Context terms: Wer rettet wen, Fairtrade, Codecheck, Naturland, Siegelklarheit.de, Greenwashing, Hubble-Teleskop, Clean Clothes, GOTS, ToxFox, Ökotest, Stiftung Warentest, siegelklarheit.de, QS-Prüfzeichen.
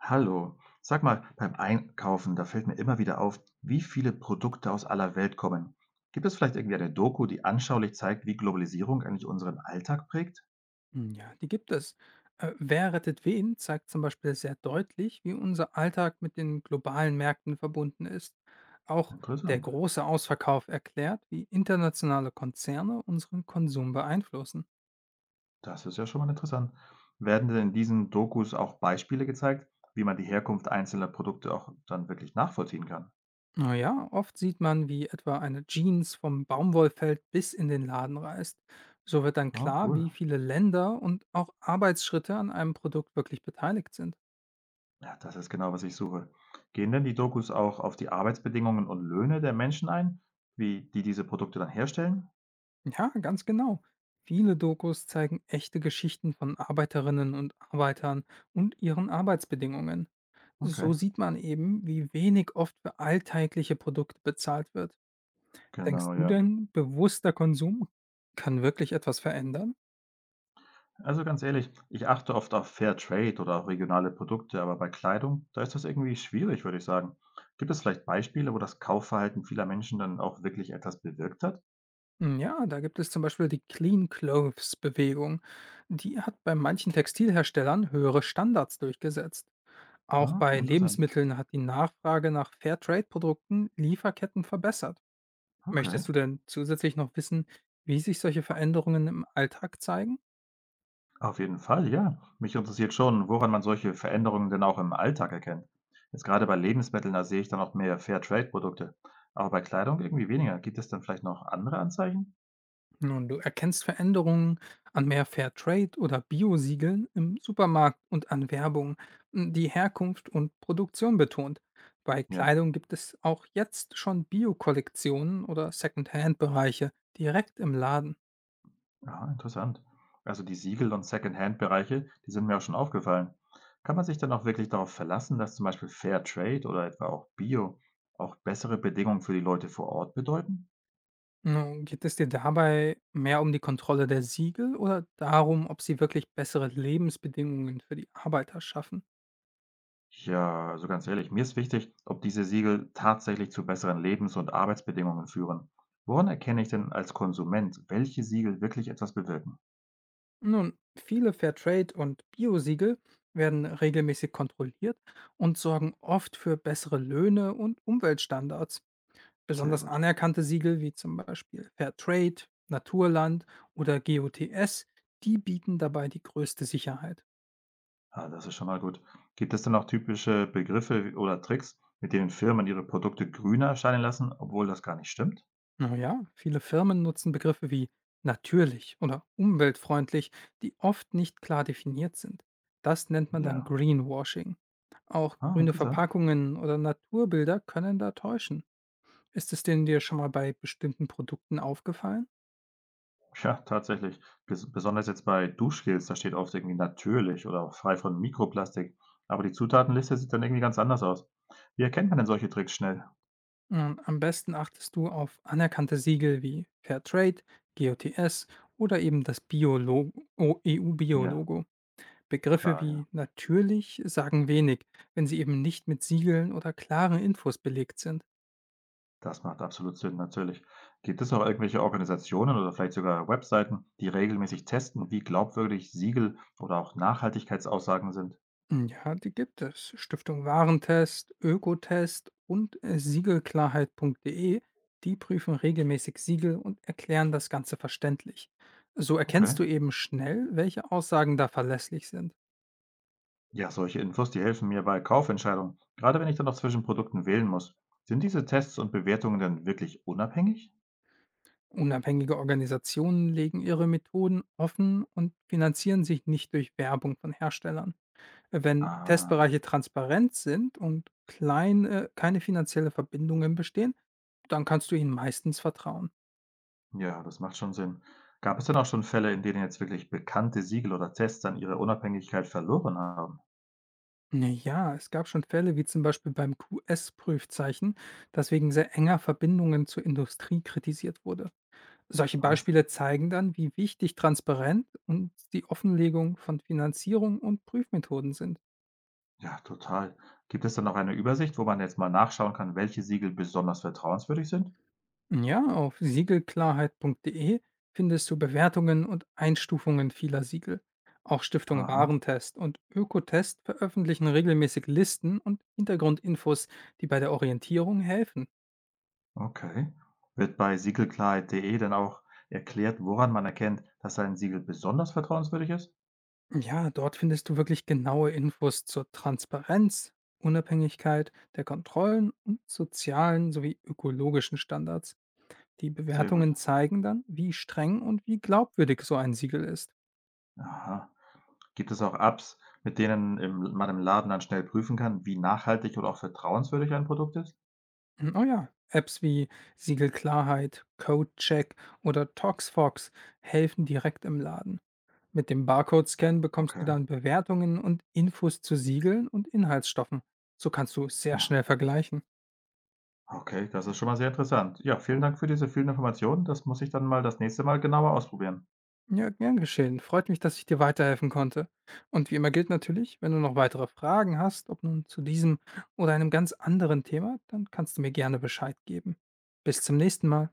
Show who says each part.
Speaker 1: Hallo, sag mal, beim Einkaufen, da fällt mir immer wieder auf, wie viele Produkte aus aller Welt kommen. Gibt es vielleicht irgendwie eine Doku, die anschaulich zeigt, wie Globalisierung eigentlich unseren Alltag prägt?
Speaker 2: Ja, die gibt es. Wer rettet wen zeigt zum Beispiel sehr deutlich, wie unser Alltag mit den globalen Märkten verbunden ist. Auch der
Speaker 1: Interessant.
Speaker 2: große Ausverkauf erklärt, wie internationale Konzerne unseren Konsum beeinflussen.
Speaker 1: Das ist ja schon mal interessant. Werden denn in diesen Dokus auch Beispiele gezeigt, wie man die Herkunft einzelner Produkte auch dann wirklich nachvollziehen kann?
Speaker 2: Naja, oft sieht man, wie etwa eine Jeans vom Baumwollfeld bis in den Laden reist. So wird dann
Speaker 1: Ah,
Speaker 2: klar,
Speaker 1: cool.
Speaker 2: wie viele Länder und auch Arbeitsschritte an einem Produkt wirklich beteiligt sind.
Speaker 1: Ja, das ist genau, was ich suche. Gehen denn die Dokus auch auf die Arbeitsbedingungen und Löhne der Menschen ein, wie die diese Produkte dann herstellen?
Speaker 2: Ja, ganz genau. Viele Dokus zeigen echte Geschichten von Arbeiterinnen und Arbeitern und ihren Arbeitsbedingungen.
Speaker 1: Okay,
Speaker 2: So sieht man eben, wie wenig oft für alltägliche Produkte bezahlt wird. Denkst
Speaker 1: genau,
Speaker 2: du
Speaker 1: ja.
Speaker 2: denn, bewusster Konsum kann wirklich etwas verändern?
Speaker 1: Also ganz ehrlich, ich achte oft auf Fair Trade oder auch regionale Produkte, aber bei Kleidung, da ist das irgendwie schwierig, würde ich sagen. Gibt es vielleicht Beispiele, wo das Kaufverhalten vieler Menschen dann auch wirklich etwas bewirkt hat?
Speaker 2: Ja, da gibt es zum Beispiel die Clean Clothes Bewegung. Die hat bei manchen Textilherstellern höhere Standards durchgesetzt. Auch
Speaker 1: Ah,
Speaker 2: bei
Speaker 1: interessant.
Speaker 2: Lebensmitteln hat die Nachfrage nach Fairtrade-Produkten Lieferketten verbessert.
Speaker 1: Okay.
Speaker 2: Möchtest du denn zusätzlich noch wissen, wie sich solche Veränderungen im Alltag zeigen?
Speaker 1: Auf jeden Fall, ja. Mich interessiert schon, woran man solche Veränderungen denn auch im Alltag erkennt. Jetzt gerade bei Lebensmitteln, da sehe ich dann auch mehr Fair Trade produkte. Aber bei Kleidung irgendwie weniger. Gibt es dann vielleicht noch andere Anzeichen?
Speaker 2: Nun, du erkennst Veränderungen an mehr Fairtrade- oder Bio-Siegeln im Supermarkt und an Werbung, die Herkunft und Produktion betont. Bei
Speaker 1: Ja.
Speaker 2: Kleidung gibt es auch jetzt schon Bio-Kollektionen oder Second-Hand-Bereiche direkt im Laden.
Speaker 1: Ah, interessant. Also die Siegel- und Secondhand-Bereiche, die sind mir auch schon aufgefallen. Kann man sich dann auch wirklich darauf verlassen, dass zum Beispiel Fair Trade oder etwa auch Bio auch bessere Bedingungen für die Leute vor Ort bedeuten?
Speaker 2: Nun, geht es dir dabei mehr um die Kontrolle der Siegel oder darum, ob sie wirklich bessere Lebensbedingungen für die Arbeiter schaffen?
Speaker 1: Ja, also ganz ehrlich, mir ist wichtig, ob diese Siegel tatsächlich zu besseren Lebens- und Arbeitsbedingungen führen. Woran erkenne ich denn als Konsument, welche Siegel wirklich etwas bewirken?
Speaker 2: Nun, viele Fairtrade- und Bio-Siegel werden regelmäßig kontrolliert und sorgen oft für bessere Löhne und Umweltstandards.
Speaker 1: Sehr
Speaker 2: Besonders
Speaker 1: gut.
Speaker 2: anerkannte Siegel wie zum Beispiel Fairtrade, Naturland oder GOTS, die bieten dabei die größte Sicherheit.
Speaker 1: Ah, das ist schon mal gut. Gibt es denn auch typische Begriffe oder Tricks, mit denen Firmen ihre Produkte grüner erscheinen lassen, obwohl das gar nicht stimmt?
Speaker 2: Naja, viele Firmen nutzen Begriffe wie natürlich oder umweltfreundlich, die oft nicht klar definiert sind. Das nennt man dann
Speaker 1: Ja.
Speaker 2: Greenwashing. Auch
Speaker 1: Ah,
Speaker 2: grüne
Speaker 1: interessant.
Speaker 2: Verpackungen oder Naturbilder können da täuschen. Ist es denn dir schon mal bei bestimmten Produkten aufgefallen?
Speaker 1: Ja, tatsächlich. Besonders jetzt bei Duschgels, da steht oft irgendwie natürlich oder auch frei von Mikroplastik. Aber die Zutatenliste sieht dann irgendwie ganz anders aus. Wie erkennt man denn solche Tricks schnell?
Speaker 2: Am besten achtest du auf anerkannte Siegel wie Fairtrade, GOTS oder eben das
Speaker 1: Ja,
Speaker 2: EU-Bio-Logo. Begriffe
Speaker 1: klar, ja.
Speaker 2: wie natürlich sagen wenig, wenn sie eben nicht mit Siegeln oder klaren Infos belegt sind.
Speaker 1: Das macht absolut Sinn, natürlich. Gibt es auch irgendwelche Organisationen oder vielleicht sogar Webseiten, die regelmäßig testen, wie glaubwürdig Siegel oder auch Nachhaltigkeitsaussagen sind?
Speaker 2: Ja, die gibt es. Stiftung Warentest, Ökotest und Siegelklarheit.de. Die prüfen regelmäßig Siegel und erklären das Ganze verständlich. So
Speaker 1: Okay.
Speaker 2: erkennst du eben schnell, welche Aussagen da verlässlich sind.
Speaker 1: Ja, solche Infos, die helfen mir bei Kaufentscheidungen, gerade wenn ich dann noch zwischen Produkten wählen muss. Sind diese Tests und Bewertungen denn wirklich unabhängig?
Speaker 2: Unabhängige Organisationen legen ihre Methoden offen und finanzieren sich nicht durch Werbung von Herstellern. Wenn
Speaker 1: Ah,
Speaker 2: Testbereiche transparent sind und klein, keine finanzielle Verbindungen bestehen, dann kannst du ihnen meistens vertrauen.
Speaker 1: ja, das macht schon Sinn. Gab es denn auch schon Fälle, in denen jetzt wirklich bekannte Siegel oder Tests dann ihre Unabhängigkeit verloren haben?
Speaker 2: Na ja, es gab schon Fälle wie zum Beispiel beim QS-Prüfzeichen, das wegen sehr enger Verbindungen zur Industrie kritisiert wurde. Solche
Speaker 1: Oh,
Speaker 2: Beispiele zeigen dann, wie wichtig Transparenz und die Offenlegung von Finanzierung und Prüfmethoden sind.
Speaker 1: ja, total. Gibt es dann noch eine Übersicht, wo man jetzt mal nachschauen kann, welche Siegel besonders vertrauenswürdig sind?
Speaker 2: Ja, auf siegelklarheit.de findest du Bewertungen und Einstufungen vieler Siegel. Auch Stiftung
Speaker 1: Aha,
Speaker 2: Warentest und Ökotest veröffentlichen regelmäßig Listen und Hintergrundinfos, die bei der Orientierung helfen.
Speaker 1: okay. Wird bei siegelklarheit.de dann auch erklärt, woran man erkennt, dass ein Siegel besonders vertrauenswürdig ist?
Speaker 2: Ja, dort findest du wirklich genaue Infos zur Transparenz, Unabhängigkeit der Kontrollen und sozialen sowie ökologischen Standards. Die
Speaker 1: Sehr gut.
Speaker 2: Bewertungen zeigen dann, wie streng und wie glaubwürdig so ein Siegel ist.
Speaker 1: Aha. Gibt es auch Apps, mit denen man im Laden dann schnell prüfen kann, wie nachhaltig oder auch vertrauenswürdig ein Produkt ist?
Speaker 2: Oh ja, Apps wie Siegelklarheit, Codecheck oder ToxFox helfen direkt im Laden. Mit dem Barcode-Scan bekommst du
Speaker 1: Okay.
Speaker 2: dann Bewertungen und Infos zu Siegeln und Inhaltsstoffen. So kannst du sehr schnell vergleichen.
Speaker 1: Okay, das ist schon mal sehr interessant. Ja, vielen Dank für diese vielen Informationen. Das muss ich dann mal das nächste Mal genauer ausprobieren.
Speaker 2: Ja, gern geschehen. Freut mich, dass ich dir weiterhelfen konnte. Und wie immer gilt natürlich, wenn du noch weitere Fragen hast, ob nun zu diesem oder einem ganz anderen Thema, dann kannst du mir gerne Bescheid geben. Bis zum nächsten Mal.